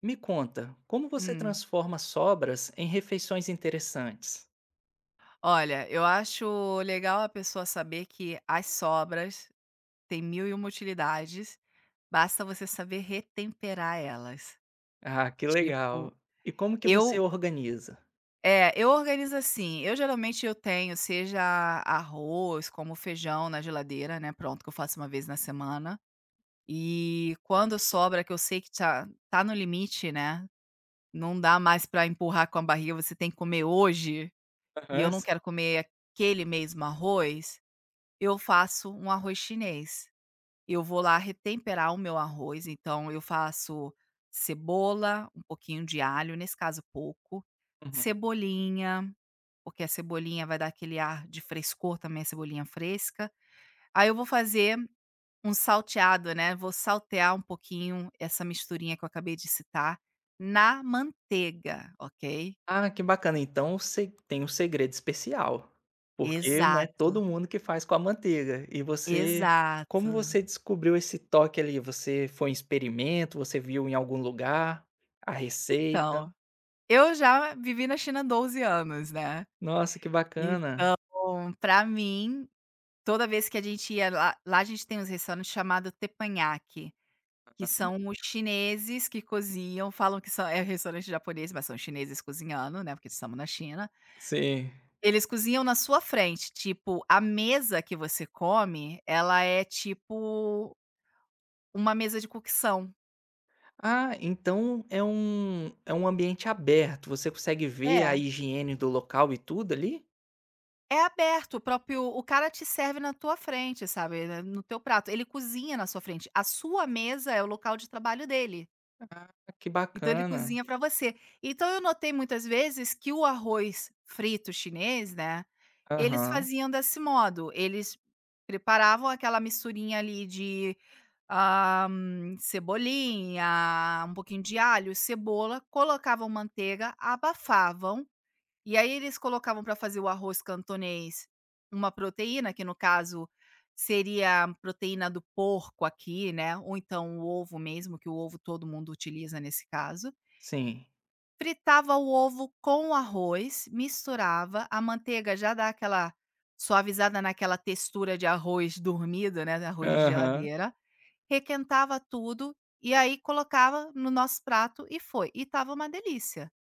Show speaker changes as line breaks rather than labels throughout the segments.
Me conta, como você
Hum.
transforma sobras em refeições interessantes?
Olha, eu acho legal a pessoa saber que as sobras têm mil e uma utilidades, basta você saber retemperar elas.
Ah, que
Tipo,
legal. E como que você
eu
organiza?
eu organizo assim, eu geralmente eu tenho seja arroz, como feijão na geladeira, né, pronto, que eu faço uma vez na semana. E quando sobra, que eu sei que tá no limite, né, não dá mais pra empurrar com a barriga, você tem que comer hoje, e
Aham,
eu não
s
quero comer aquele mesmo arroz. Eu faço um arroz chinês. Eu vou lá retemperar o meu arroz, então eu faço cebola, um pouquinho de alho, nesse caso pouco,
Uhum.
cebolinha, porque a cebolinha vai dar aquele ar de frescor também, a cebolinha fresca. Aí eu vou fazer um salteado, né, vou saltear um pouquinho essa misturinha que eu acabei de citar na manteiga, ok?
Ah, que bacana, então se tem um segredo especial, porque não é
Exato,
todo mundo que faz com a manteiga. E você
exato.
como você descobriu esse toque ali? Você foi em experimento, você viu em algum lugar a receita?
Então, eu já vivi na China 12 anos, né.
Nossa, que bacana.
Bom, pra mim, toda vez que a gente ia lá a gente tem uns restaurantes chamado teppanyaki, que são os chineses que cozinham, falam que são restaurante japonês, mas são chineses cozinhando, né, porque estamos na China.
Sim.
Eles cozinham na sua frente, tipo, a mesa que você come, ela é tipo uma mesa de cocção.
Ah, então é um ambiente aberto, você consegue ver a
É,
higiene do local e tudo ali?
é aberto, o cara te serve na tua frente, sabe, né, no teu prato. Ele cozinha na sua frente, a sua mesa é o local de trabalho dele.
Ah, que
Então ele
bacana.
cozinha para você. Então eu notei muitas vezes que o arroz frito chinês, né, eles
Aham,
faziam desse modo, eles preparavam aquela misturinha ali de, cebolinha, um pouquinho de alho, cebola, colocavam manteiga, abafavam, e aí eles colocavam para fazer o arroz cantonês uma proteína, que no caso seria a proteína do porco aqui, né, ou então o ovo mesmo, que o ovo todo mundo utiliza nesse caso.
sim.
Fritava o ovo com o arroz, misturava, a manteiga já dá aquela suavizada naquela textura de arroz dormido, né, de arroz de
Aham.
geladeira, requentava tudo e aí colocava no nosso prato e foi, e estava uma delícia.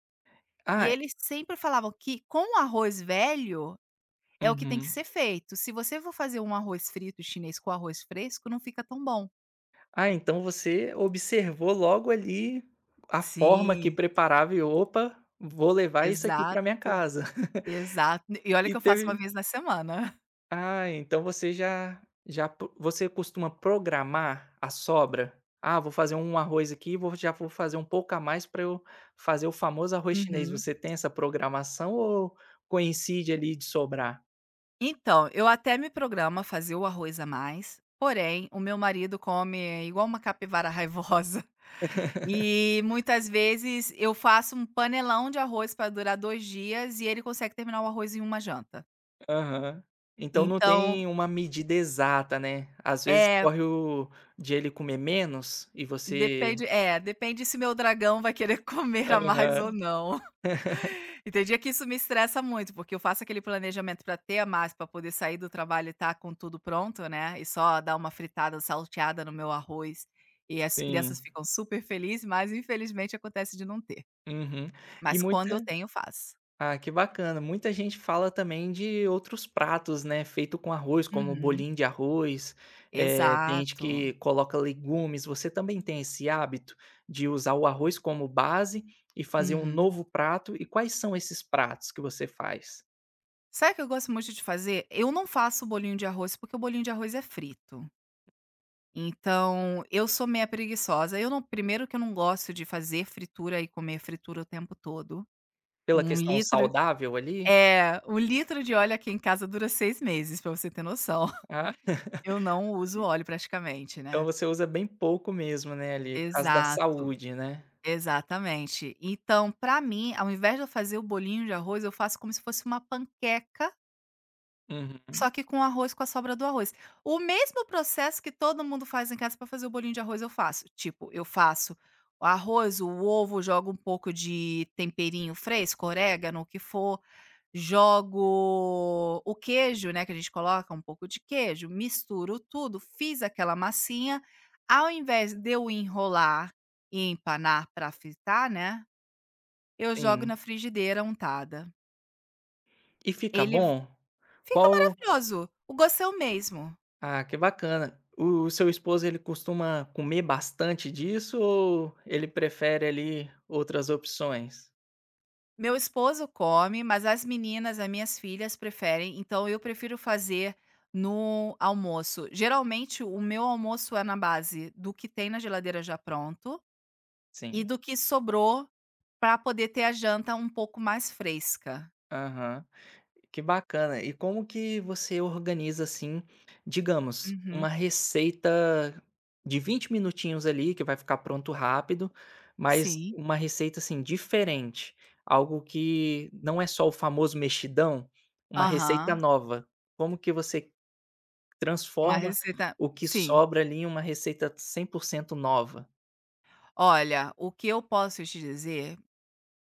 E
Ah,
eles sempre falavam que com o arroz velho é o que tem que
uhum.
ser feito, se você for fazer um arroz frito chinês com arroz fresco não fica tão bom.
Ah, então você observou logo ali a forma que
Sim,
preparava e: "Opa, vou levar isso aqui
exato,
para minha casa".
exato. E olha
E
que eu faço uma
teve,
vez na semana.
ah, então você já pro você costuma programar a sobra? "Ah, vou fazer um arroz aqui, vou já vou fazer um pouco a mais para eu fazer o famoso arroz chinês".
Uhum.
Você tem essa programação ou coincide ali de sobrar?
Então, eu até me programo a fazer o arroz a mais, porém, o meu marido come igual uma capivara raivosa. E muitas vezes eu faço um panelão de arroz para durar 2 dias e ele consegue terminar o arroz em uma janta.
Aham. Então não
Então
tem uma medida exata, né. Às vezes
é
corre o de ele comer menos e você,
depende se meu dragão vai querer comer a mais ou
aham.
não. E tem dia que isso me estressa muito, porque eu faço aquele planejamento para ter a mais, para poder sair do trabalho e estar com tudo pronto, né, e só dar uma fritada, salteada no meu arroz, e as crianças
Sim.
ficam super felizes, mas infelizmente acontece de não ter.
Uhum. E
Mas quando eu
muita,
tenho, faço.
ah, que bacana. Muita gente fala também de outros pratos, né, feito com arroz, como
Uhum.
bolinho de arroz, tem gente que
Exato.
coloca legumes. Você também tem esse hábito de usar o arroz como base e fazer um
Uhum.
novo prato? E quais são esses pratos que você faz?
Sabe o que eu gosto muito de fazer? Eu não faço bolinho de arroz, porque o bolinho de arroz é frito. Então, eu sou meia preguiçosa. Eu não Primeiro que eu não gosto de fazer fritura e comer fritura o tempo todo.
Pela
Um
questão
litro
saudável ali?
um litro de óleo aqui em casa dura 6 meses, para você ter noção.
Ah,
Eu não uso óleo praticamente,
então
né.
você usa bem pouco mesmo, né, ali, por causa da
Exato,
saúde, né?
exatamente. Então, para mim, ao invés de eu fazer o bolinho de arroz, eu faço como se fosse uma panqueca, só
Uhum,
que com arroz, com a sobra do arroz. O mesmo processo que todo mundo faz em casa para fazer o bolinho de arroz eu faço. Tipo, eu faço o arroz, o ovo, jogo um pouco de temperinho fresco, orégano, o que for, jogo o queijo, né, que a gente coloca um pouco de queijo, misturo tudo, fiz aquela massinha, ao invés de eu enrolar e empanar para fritar, né, eu jogo
sim.
na frigideira untada.
E fica
Ele
bom?
fica
Qual,
maravilhoso, o gosto é o mesmo.
ah, que bacana. O seu esposo, ele costuma comer bastante disso ou ele prefere ali outras opções?
Meu esposo come, mas as meninas, as minhas filhas preferem, então eu prefiro fazer no almoço. Geralmente o meu almoço é na base do que tem na geladeira já pronto e
Sim.
do que sobrou para poder ter a janta um pouco mais fresca.
Aham. Que bacana. E como que você organiza assim, digamos,
Uhum.
uma receita de 20 minutinhos ali, que vai ficar pronto rápido, mas
Sim.
uma receita assim diferente, algo que não é só o famoso mexidão, uma receita
Aham.
nova. Como que você
Uma
transforma
receita
o que
sim.
sobra ali em uma receita 100% nova.
Olha, o que eu posso te dizer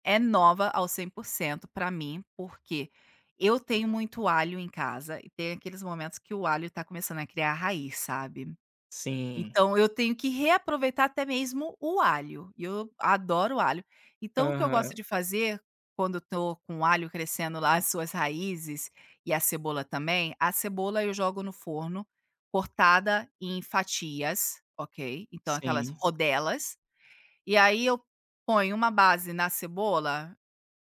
é nova ao 100% para mim, porque eu tenho muito alho em casa e tem aqueles momentos que o alho tá começando a criar raiz, sabe.
Sim.
Então eu tenho que reaproveitar até mesmo o alho, e eu adoro alho. Então o que eu gosto
Aham.
de fazer, quando eu tô com o alho crescendo lá as suas raízes, e a cebola também, a cebola eu jogo no forno, cortada em fatias, ok? Então aquelas
Sim.
rodelas, e aí eu ponho uma base na cebola,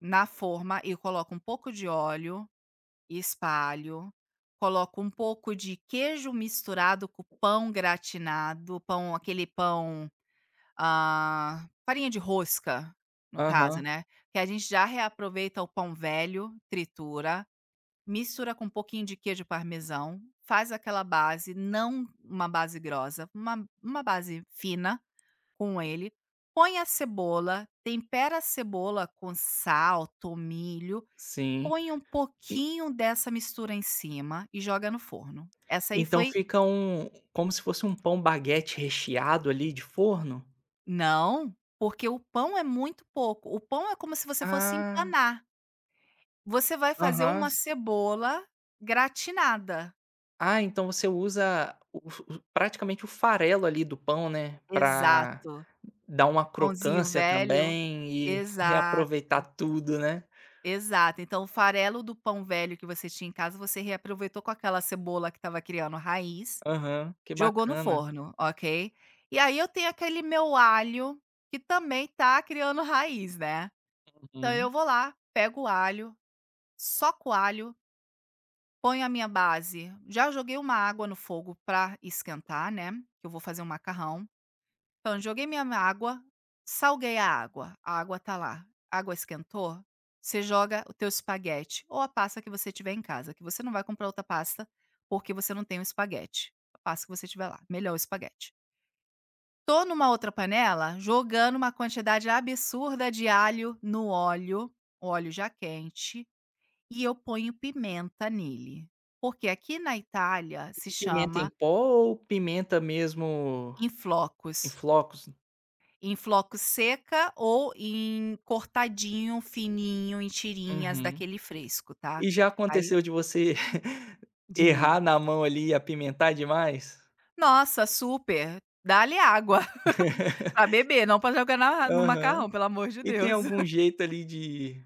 na forma eu coloco um pouco de óleo e espalho, coloco um pouco de queijo misturado com pão gratinado, pão aquele pão, ah, farinha de rosca, no caso,
Aham.
né, que a gente já reaproveita o pão velho, tritura, mistura com um pouquinho de queijo parmesão, faz aquela base, não uma base grossa, uma base fina com ele, põe a cebola, tempera a cebola com sal, tomilho,
Sim.
põe um
E
pouquinho dessa mistura em cima e joga no forno. Essa aí
então
foi
fica um como se fosse um pão baguete recheado ali de forno?
não, porque o pão é muito pouco. O pão é como se você fosse
Ah,
empanar. Você vai fazer
aham.
uma cebola gratinada.
Ah, então você usa o praticamente o farelo ali do pão, né, pra
Exato.
dar uma
Pãozinho
crocância
velho.
também e
Exato,
reaproveitar tudo, né.
exato. Então o farelo do pão velho que você tinha em casa, você reaproveitou com aquela cebola que estava criando raiz.
Aham, que
Jogou no
bacana.
forno, ok. E aí eu tenho aquele meu alho, que também tá criando raiz, né. Então eu
Uhum.
vou lá, pego o alho, soco o alho, ponho a minha base, já joguei uma água no fogo pra esquentar, né, que eu vou fazer um macarrão. Então joguei minha água, salguei a água tá lá, a água esquentou, você joga o teu espaguete ou a pasta que você tiver em casa, que você não vai comprar outra pasta, porque você não tem o espaguete. A pasta que você tiver lá, melhor o espaguete. Tô numa outra panela jogando uma quantidade absurda de alho no óleo, óleo já quente, e eu ponho pimenta nele. Porque aqui na Itália se
E pimenta em
chama
pó ou pimenta mesmo
em
em
flocos.
flocos?
Em flocos seca ou em cortadinho, fininho, em tirinhas
Uhum.
daquele fresco, tá.
E já
Aí
aconteceu de você
Diz.
errar na mão ali e apimentar demais?
Nossa, super. Dá-lhe água pra beber, não pra jogar na no
Aham.
macarrão, pelo amor de
E tem
Deus.
algum jeito ali de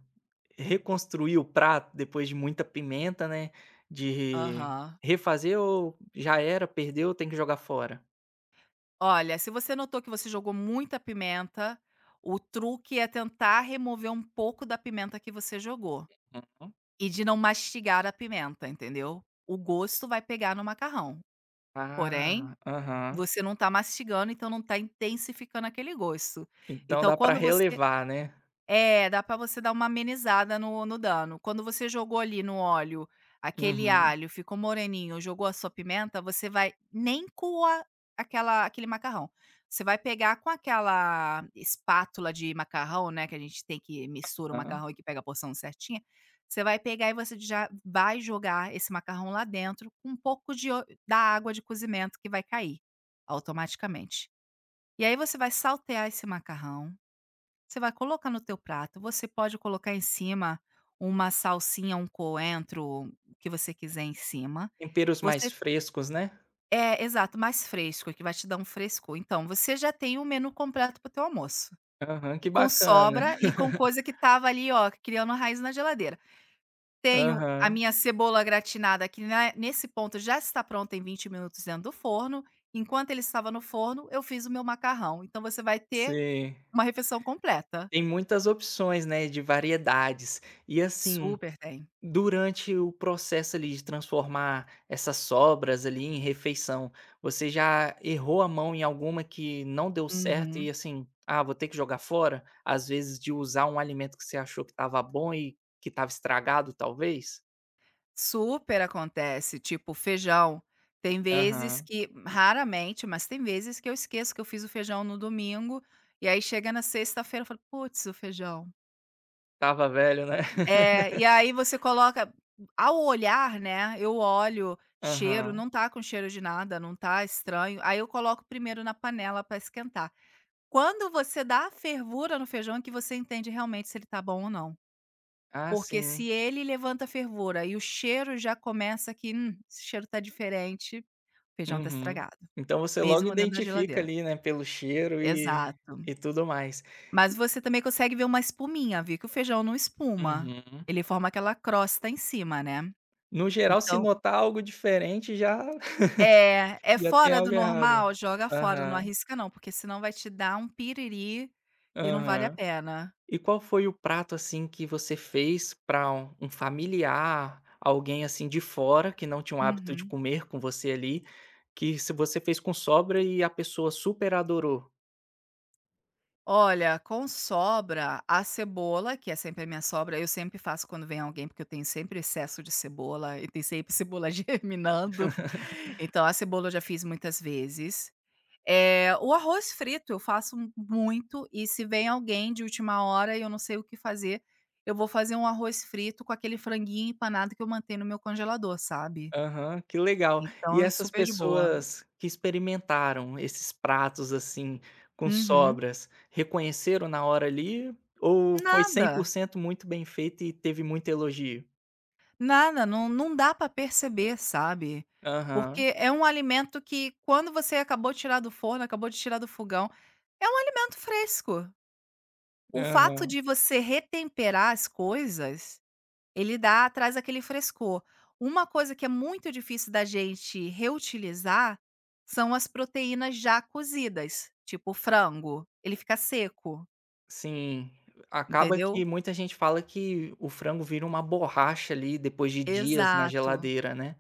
reconstruir o prato depois de muita pimenta, né, de
Aham.
refazer ou já era, perdeu, tem que jogar fora?
Olha, se você notou que você jogou muita pimenta, o truque é tentar remover um pouco da pimenta que você jogou
Uhum.
e de não mastigar a pimenta, entendeu? O gosto vai pegar no macarrão. Porém,
Ah, aham.
você não tá mastigando, então não tá intensificando aquele gosto.
Então
Então,
dá pra
quando você
relevar, né?
dá pra você dar uma amenizada no dano. Quando você jogou ali no óleo aquele
Uhum,
alho, ficou moreninho, jogou a sua pimenta, você vai nem coa aquela aquele macarrão. Você vai pegar com aquela espátula de macarrão, né, que a gente tem que mistura o
hã.
macarrão e que pega a porção certinha, você vai pegar e você já vai jogar esse macarrão lá dentro com um pouco de o da água de cozimento que vai cair automaticamente. E aí você vai saltear esse macarrão, você vai colocar no teu prato, você pode colocar em cima uma salsinha, um coentro, o que você quiser em cima.
Temperos mais
Você
frescos, né?
Exato, mais fresco, que vai te dar um frescor. Então, você já tem o menu completo para o teu almoço.
Aham, que
E com
bacana.
sobra e com coisa que tava ali, ó, criando raiz na geladeira. Tenho a
Aham,
minha cebola gratinada, que nesse ponto já está pronta em 20 minutos dentro do forno. Enquanto ele estava no forno, eu fiz o meu macarrão. Então você vai ter
sim.
uma refeição completa.
Tem muitas opções, né, de variedades. E assim,
Super tem.
durante o processo ali de transformar essas sobras ali em refeição, você já errou a mão em alguma que não deu certo e
Uhum.
assim, ah, vou ter que jogar fora? Às vezes de usar um alimento que você achou que estava bom e que estava estragado, talvez?
Super acontece, tipo feijão. Tem vezes
Aham.
que raramente, mas tem vezes que eu esqueço que eu fiz o feijão no domingo, e aí chega na sexta-feira eu falo: "Puts, o feijão".
Estava velho, né?
É, e aí você coloca ao olhar, né, eu olho, cheiro,
Aham.
não tá com cheiro de nada, não tá estranho, aí eu coloco primeiro na panela para esquentar. Quando você dá a fervura no feijão é que você entende realmente se ele tá bom ou não.
Ah,
Porque
sim.
se ele levanta fervura e o cheiro já começa que, esse cheiro tá diferente, o feijão tá
Uhum.
estragado,
Então você logo
mesmo dentro da
identifica
geladeira.
ali, né, pelo cheiro
Exato.
e tudo mais.
Mas você também consegue ver uma espuminha, viu que o feijão não espuma,
Uhum.
ele forma aquela crosta em cima, né.
No geral, se
Então
notar algo diferente já
é
já tem
fora do
algo errado.
normal, joga fora, não
Aham,
arrisca não, porque senão vai te dar um piriri e não vale a
aham.
pena.
E qual foi o prato, assim, que você fez para um familiar, alguém, assim, de fora que não tinha o hábito de
Uhum.
comer com você ali, que se você fez com sobra e a pessoa super adorou?
Olha, com sobra, a cebola, que é sempre a minha sobra, eu sempre faço quando vem alguém, porque eu tenho sempre excesso de cebola e tem sempre cebola germinando. Então, a cebola eu já fiz muitas vezes. Eh, o arroz frito eu faço muito, e se vem alguém de última hora e eu não sei o que fazer, eu vou fazer um arroz frito com aquele franguinho empanado que eu mantenho no meu congelador, sabe.
Aham, que legal. E
Então,
essas
super de boa.
pessoas que experimentaram esses pratos, assim, com
Uhum.
sobras, reconheceram na hora ali ou foi cem por
Nada.
cento muito bem feito e teve muito elogio?
Nada, não dá para perceber, sabe.
Aham,
Porque é um alimento que quando você acabou de tirar do forno, acabou de tirar do fogão, é um alimento fresco. O fato
aham,
de você retemperar as coisas, ele dá traz aquele frescor. Uma coisa que é muito difícil da gente reutilizar, são as proteínas já cozidas, tipo frango, ele fica seco,
sim. Acaba
entendeu?
que muita gente fala que o frango vira uma borracha ali depois de dias na
Exato.
geladeira, né.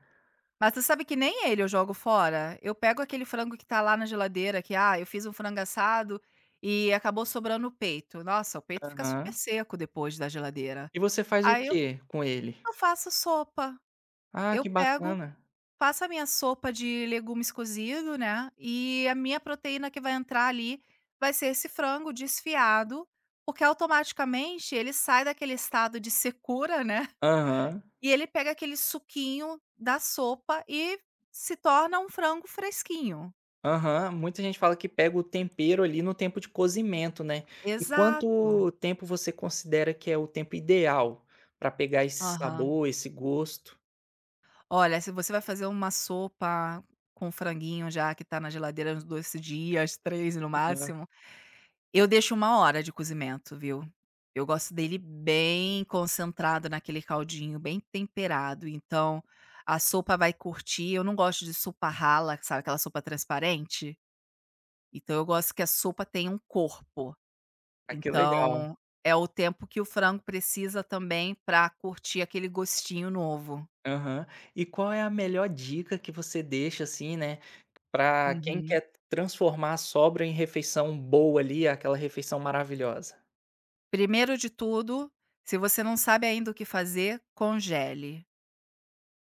Mas tu sabe que nem ele eu jogo fora. Eu pego aquele frango que tá lá na geladeira que, ah, eu fiz um frango assado e acabou sobrando o peito. Nossa, o peito fica super
Aham.
seco depois da geladeira.
E você faz o
Aí eu
quê com ele?
eu faço sopa.
Ah,
Eu
que
pego,
bacana.
faço a minha sopa de legumes cozido, né, e a minha proteína que vai entrar ali vai ser esse frango desfiado, porque automaticamente ele sai daquele estado de secura, né.
Aham.
E ele pega aquele suquinho da sopa e se torna um frango fresquinho.
Aham, muita gente fala que pega o tempero ali no tempo de cozimento, né. E
Exato.
quanto tempo você considera que é o tempo ideal para pegar esse
Aham.
sabor, esse gosto?
Olha, se você vai fazer uma sopa com franguinho já que tá na geladeira uns 2 dias, 3 no
Aham.
máximo, eu deixo 1 hora de cozimento, viu. Eu gosto dele bem concentrado naquele caldinho, bem temperado, então a sopa vai curtir. Eu não gosto de sopa rala, sabe, aquela sopa transparente? Então eu gosto que a sopa tenha um corpo.
Ah, que legal.
Então, é o tempo que o frango precisa também para curtir aquele gostinho novo.
Aham. E qual é a melhor dica que você deixa, assim, né, para quem
Uhum.
quer transformar a sobra em refeição boa ali, aquela refeição maravilhosa?
Primeiro de tudo, se você não sabe ainda o que fazer, congele,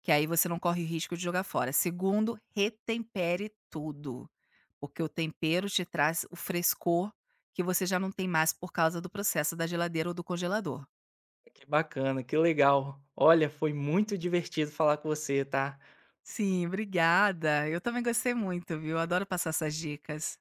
que aí você não corre o risco de jogar fora. Segundo, retempere tudo, porque o tempero te traz o frescor que você já não tem mais por causa do processo da geladeira ou do congelador.
Que bacana, que legal. Olha, foi muito divertido falar com você, tá.
Sim, obrigada. Eu também gostei muito, viu? Adoro passar essas dicas.